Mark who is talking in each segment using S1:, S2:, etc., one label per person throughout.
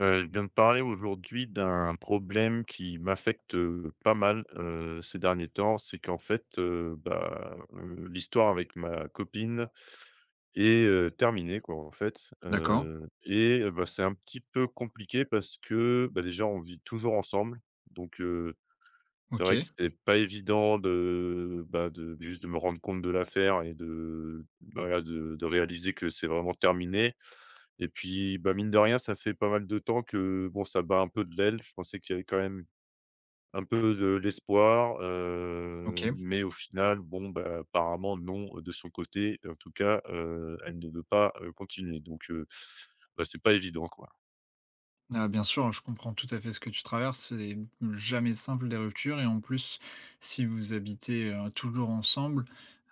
S1: Je viens de parler aujourd'hui d'un problème qui m'affecte, pas mal, ces derniers temps. C'est qu'en fait, l'histoire avec ma copine est, terminée quoi, en fait,
S2: D'accord,
S1: bah, c'est un petit peu compliqué parce que, bah, déjà on vit toujours ensemble donc c'est vrai que
S2: OK,
S1: c'est pas évident de, bah, de juste de me rendre compte de l'affaire et de bah, voilà, de réaliser que c'est vraiment terminé. Et puis, bah, mine de rien, ça fait pas mal de temps que, bon, ça bat un peu de l'aile. Je pensais qu'il y avait quand même un peu de l'espoir,
S2: OK.
S1: mais au final, bon, bah, apparemment non, de son côté. En tout cas, elle ne veut pas, continuer donc bah, c'est pas évident, quoi.
S2: Ah, bien sûr, je comprends tout à fait ce que tu traverses. C'est jamais simple des ruptures et en plus, si vous habitez, toujours ensemble,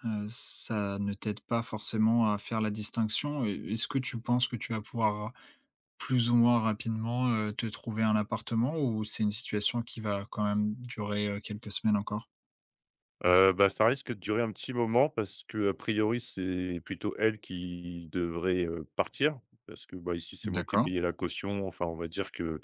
S2: ça ne t'aide pas forcément à faire la distinction. Est-ce que tu penses que tu vas pouvoir plus ou moins rapidement, te trouver un appartement ou c'est une situation qui va quand même durer, quelques semaines encore?
S1: Ça risque de durer un petit moment parce que a priori, c'est plutôt elle qui devrait, partir parce que, bah, ici, c'est moi qui ai
S2: D'accord,
S1: payé la caution. Enfin, on va dire que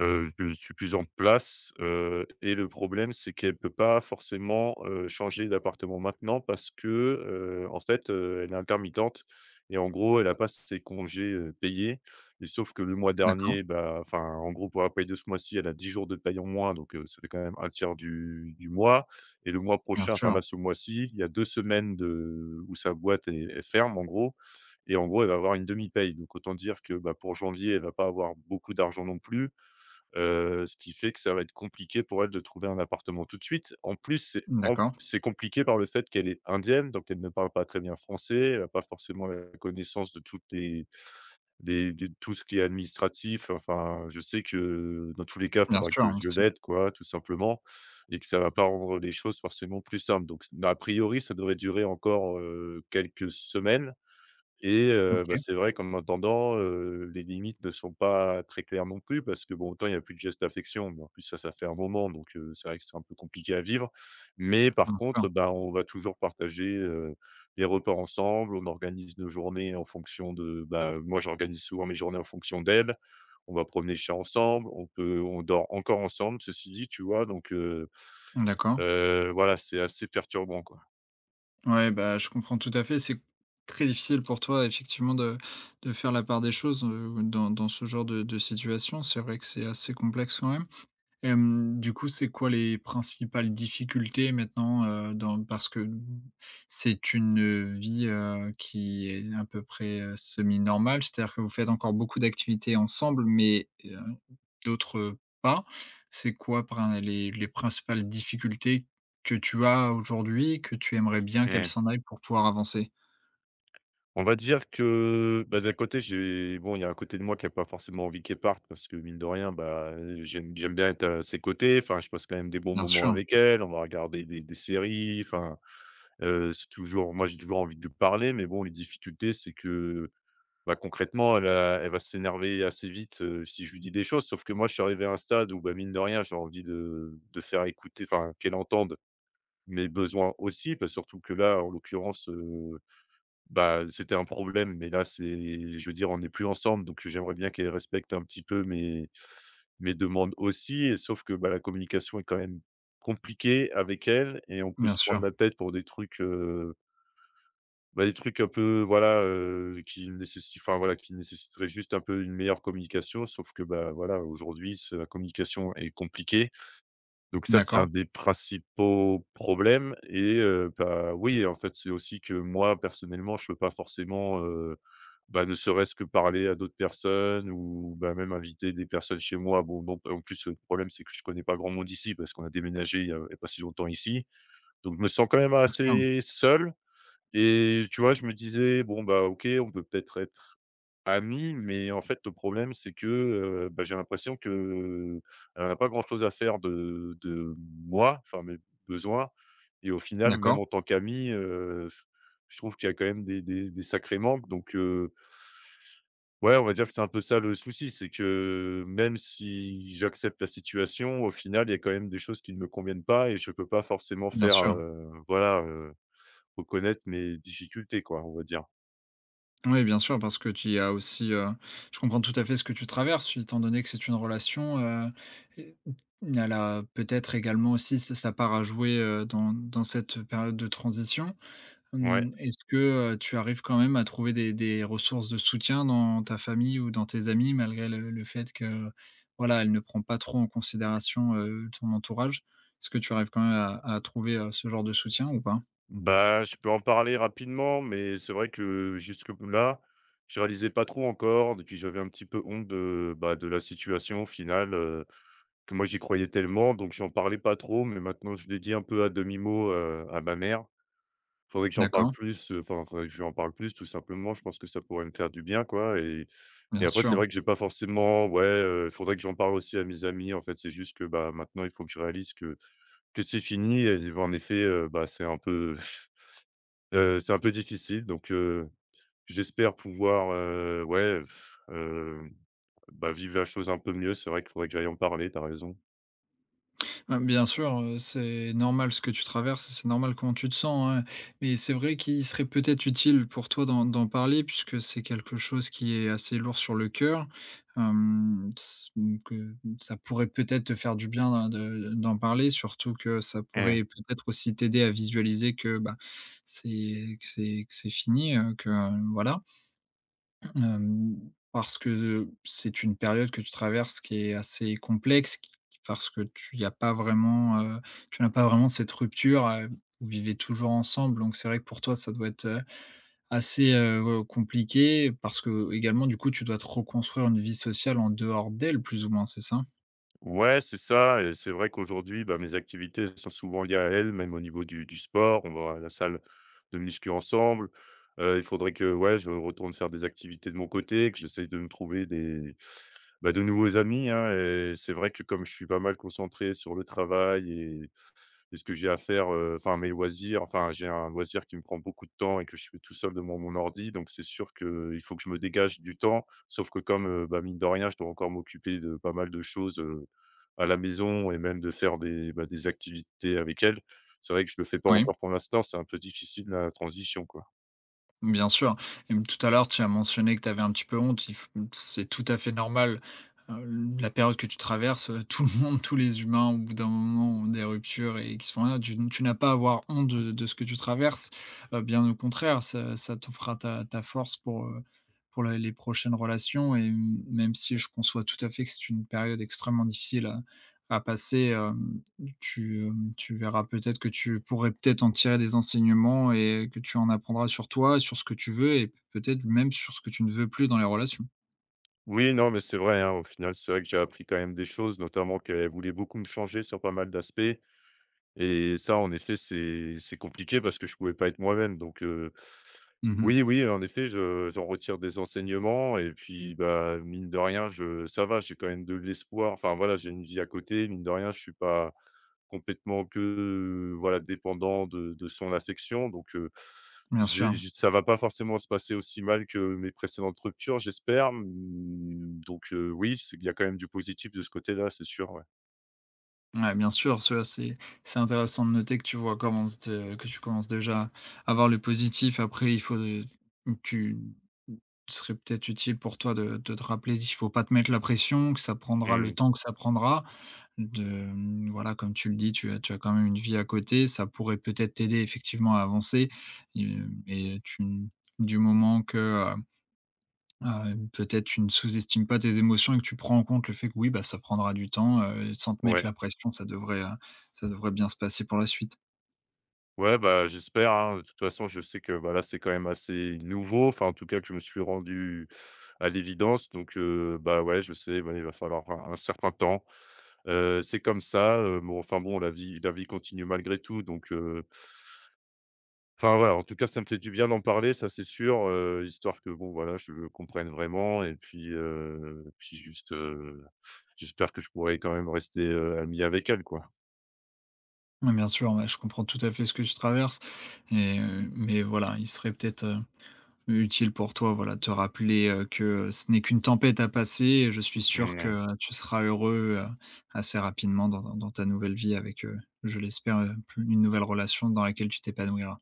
S1: je suis plus en place, et le problème, c'est qu'elle peut pas forcément, changer d'appartement maintenant parce que, en fait, elle est intermittente et en gros, elle a pas ses congés, payés. Et sauf que le mois
S2: d'accord,
S1: dernier, bah, enfin, en gros, pour la paye de ce mois-ci, elle a 10 jours de paye en moins donc ça fait quand même un tiers du mois. Et le mois
S2: bien
S1: prochain, enfin
S2: sûr,
S1: là, ce mois-ci, il y a 2 semaines de où sa boîte est ferme en gros, et en gros, elle va avoir une demi-paye donc autant dire que, bah, pour janvier, elle va pas avoir beaucoup d'argent non plus. Ce qui fait que ça va être compliqué pour elle de trouver un appartement tout de suite. En plus,
S2: d'accord,
S1: c'est compliqué par le fait qu'elle est indienne, donc elle ne parle pas très bien français, elle n'a pas forcément la connaissance de toutes les des de tout ce qui est administratif. Enfin, je sais que dans tous les cas, il
S2: bien
S1: faudra
S2: sûr,
S1: que
S2: hein,
S1: je
S2: si.
S1: l'aide, quoi, tout simplement, et que ça va pas rendre les choses forcément plus simples. Donc, a priori, ça devrait durer encore, quelques semaines. Et bah,
S2: OK,
S1: c'est vrai qu'en attendant, les limites ne sont pas très claires non plus parce que bon, autant il y a plus de gestes d'affection, mais en plus ça, ça fait un moment donc c'est vrai que c'est un peu compliqué à vivre. Mais par
S2: bien sûr,
S1: contre, bah, on va toujours partager, les repas ensemble, on organise nos journées en fonction de bah, moi j'organise souvent mes journées en fonction d'elle. On va promener le chat ensemble, on dort encore ensemble, ceci dit, tu vois? Donc
S2: d'accord.
S1: voilà, c'est assez perturbant, quoi.
S2: Ouais, bah, je comprends tout à fait. C'est très difficile pour toi, effectivement, de faire la part des choses dans, dans ce genre de situation. C'est vrai que c'est assez complexe quand même. Hem, du coup, c'est quoi les principales difficultés maintenant, dans parce que, mmh, c'est une, vie, qui est à peu près, semi-normale? C'est-à-dire que vous faites encore beaucoup d'activités ensemble, mais, d'autres, pas. C'est quoi prin les principales difficultés que tu as aujourd'hui, que tu aimerais bien qu'elles
S1: Mmh.
S2: s'en aillent pour pouvoir avancer?
S1: On va dire que, bah, d'un côté, j'ai bon, il y a un côté de moi qui a pas forcément envie qu'elle parte parce que mine de rien, bah, j'aime bien être à ses côtés. Enfin, je passe quand même des bons
S2: Bien
S1: moments
S2: sûr,
S1: avec elle. On va regarder des séries. Enfin, c'est toujours moi, j'ai toujours envie de lui parler, mais bon, les difficultés, c'est que, bah, concrètement, elle va s'énerver assez vite, si je lui dis des choses. Sauf que moi, je suis arrivé à un stade où, bah, mine de rien, j'ai envie de faire écouter, enfin, qu'elle entende mes besoins aussi. Bah, surtout que là, en l'occurrence, bah, c'était un problème, mais là, c'est je veux dire, on n'est plus ensemble, donc j'aimerais bien qu'elle respecte un petit peu mes demandes aussi. Et sauf que, bah, la communication est quand même compliquée avec elle et on peut
S2: bien
S1: se prendre
S2: sûr.
S1: la tête pour des trucs, bah, des trucs un peu, voilà, qui nécessitent enfin, voilà, qui nécessiteraient juste un peu une meilleure communication sauf que, bah, voilà, aujourd'hui, c'est la communication est compliquée. Donc ça, c'est un
S2: D'accord,
S1: des principaux problèmes. Et bah, oui, en fait, c'est aussi que moi, personnellement, je peux pas forcément, bah, ne serait-ce que parler à d'autres personnes ou, bah, même inviter des personnes chez moi. Bon, donc en plus, le problème, c'est que je connais pas grand monde ici parce qu'on a déménagé il y a pas si longtemps ici. Donc je me sens quand même
S2: bien sûr.
S1: assez seul, et tu vois, je me disais: «Bon, bah, OK, on peut peut-être être amis», mais en fait, le problème, c'est que, bah, j'ai l'impression que qu'elle n'a pas grand-chose à faire de moi, enfin mes besoins, et au final, même
S2: D'accord,
S1: en tant qu'ami, je trouve qu'il y a quand même des sacrés manques donc ouais, on va dire que c'est un peu ça le souci, c'est que même si j'accepte la situation, au final, il y a quand même des choses qui ne me conviennent pas et je peux pas forcément
S2: bien
S1: faire,
S2: sûr.
S1: reconnaître mes difficultés, quoi, on va dire.
S2: Oui, bien sûr, parce que tu y as aussi, je comprends tout à fait ce que tu traverses, étant donné que c'est une relation, et il y a là, peut-être également aussi sa part à jouer, dans dans cette période de transition.
S1: Ouais.
S2: Mmh, est-ce que, tu arrives quand même à trouver des ressources de soutien dans ta famille ou dans tes amis, malgré le fait que, voilà, elle ne prend pas trop en considération, ton entourage? Est-ce que tu arrives quand même à trouver, ce genre de soutien ou pas?
S1: Bah, je peux en parler rapidement, mais c'est vrai que jusque-là, je réalisais pas trop encore. Et puis j'avais un petit peu honte de, bah, de la situation au final, que moi j'y croyais tellement, donc j'en parlais pas trop. Mais maintenant, je l'ai dit un peu à demi-mot, à ma mère. Faudrait que j'en parle
S2: D'accord,
S1: plus, enfin, faudrait que je lui en parle plus tout simplement. Je pense que ça pourrait me faire du bien, quoi. Et
S2: bien
S1: après, c'est
S2: sûr.
S1: vrai que j'ai pas forcément ouais, faudrait que j'en parle aussi à mes amis. En fait, c'est juste que, bah, maintenant, il faut que je réalise que c'est fini. Et en effet, bah, c'est un peu difficile donc j'espère pouvoir, heu, bah, vivre la chose un peu mieux. C'est vrai qu'il faudrait que j'aille en parler, t'as raison.
S2: Ouais, bien sûr, c'est normal ce que tu traverses, c'est normal comment tu te sens, hein. Mais c'est vrai qu'il serait peut-être utile pour toi d'en parler puisque c'est quelque chose qui est assez lourd sur le cœur, hem, s donc ça pourrait peut-être te faire du bien d'en de d'en parler, surtout que ça
S1: Mmh.
S2: pourrait peut-être aussi t'aider à visualiser que, bah, c'est que c'est que c'est fini, que voilà. Hem, parce que c'est une période que tu traverses qui est assez complexe, qui parce que tu y as pas vraiment, tu n'as pas vraiment cette rupture, vous vivez toujours ensemble, donc c'est vrai que pour toi, ça doit être, assez, ouais, compliqué parce que également du coup, tu dois te reconstruire une vie sociale en dehors d'elle plus ou moins, c'est ça?
S1: Ouais, c'est ça et c'est vrai qu'aujourd'hui, bah, mes activités sont souvent liées à elles, même au niveau du sport. On va à la salle de muscu ensemble. Il faudrait que, ouais, je retourne faire des activités de mon côté, que j'essaye de me trouver des, bah, de nouveaux amis, hein. Et c'est vrai que comme je suis pas mal concentré sur le travail et C'est ce que j'ai à faire, enfin mes loisirs, enfin j'ai un loisir qui me prend beaucoup de temps et que je fais tout seul devant mon ordi, donc c'est sûr qu'il faut que je me dégage du temps. Sauf que comme, bah, mine de rien, je dois encore m'occuper de pas mal de choses, à la maison et même de faire des, bah, des activités avec elle. C'est vrai que je le fais pas
S2: Oui.
S1: encore pour l'instant, c'est un peu difficile la transition, quoi.
S2: Bien sûr. Et même tout à l'heure, tu as mentionné que tu avais un petit peu honte. Il f C'est tout à fait normal. La période que tu traverses, tout le monde, tous les humains, au bout d'un moment, ont des ruptures et qui sont là. Tu n'as pas à avoir honte de ce que tu traverses. Bien au contraire, ça ça te ta ta force pour la les prochaines relations et même si je conçois tout à fait que c'est une période extrêmement difficile à passer, tu, hem, tu verras peut-être que tu pourrais peut-être en tirer des enseignements et que tu en apprendras sur toi, sur ce que tu veux et peut-être même sur ce que tu ne veux plus dans les relations.
S1: Oui, non, mais c'est vrai, hein, au final, c'est vrai que j'ai appris quand même des choses, notamment qu'elle voulait beaucoup me changer sur pas mal d'aspects, et ça, en effet, c'est compliqué parce que je pouvais pas être moi-même, donc heu.
S2: Mmh.
S1: Oui, oui, en effet, je j'en retire des enseignements et puis, bah, mine de rien, je ça va, j'ai quand même de l'espoir. Enfin, voilà, j'ai une vie à côté, mine de rien, je suis pas complètement voilà, dépendant de son affection donc
S2: Bien
S1: j'ai
S2: sûr.
S1: j'ai ça va pas forcément se passer aussi mal que mes précédentes ruptures, j'espère, mmh, donc oui, c'est il y a quand même du positif de ce côté-là, c'est sûr, ouais.
S2: Ouais, bien sûr, cela c'est intéressant de noter que tu vois commence de que tu commences déjà à voir le positif. Après, il faut de tu, ce serait peut-être utile pour toi de te rappeler qu'il faut pas te mettre la pression, que ça prendra le
S1: Mmh.
S2: temps que ça prendra. De, mmh, voilà, comme tu le dis, tu as quand même une vie à côté, ça pourrait peut-être t'aider effectivement à avancer, hem et tu du moment que, ah ouais, peut-être tu ne sous-estimes pas tes émotions et que tu prends en compte le fait que oui, bah, ça prendra du temps, sans te mettre
S1: Ouais.
S2: la pression, ça devrait bien se passer pour la suite.
S1: Ouais, bah, j'espère, hein. De toute façon, je sais que, bah, là, c'est quand même assez nouveau, enfin, en tout cas, que je me suis rendu à l'évidence donc bah, ouais, je sais, ouais, il va falloir un certain temps. C'est comme ça, bon, la vie continue malgré tout donc enfin, voilà, en tout cas, ça me fait du bien d'en parler, ça, c'est sûr, histoire que, bon, voilà, je le comprenne vraiment et puis, j'espère que je pourrai quand même rester, ami avec elle, quoi.
S2: Ouais, bien sûr, ouais, je comprends tout à fait ce que tu traverses et mais voilà, il serait peut-être, utile pour toi, voilà, de te rappeler, que ce n'est qu'une tempête à passer et je suis sûr que,
S1: Mmh.
S2: tu seras heureux, assez rapidement dans dans dans ta nouvelle vie avec, je l'espère, plus une nouvelle relation dans laquelle tu t'épanouiras.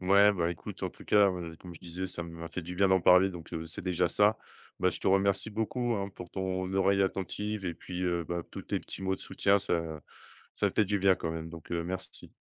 S1: Ouais, bah, écoute, en tout cas, comme je disais, ça m'a fait du bien d'en parler, donc c'est déjà ça. Bah, je te remercie beaucoup, hein, pour ton oreille attentive et puis, bah, tous tes petits mots de soutien, ça fait du bien quand même, donc merci.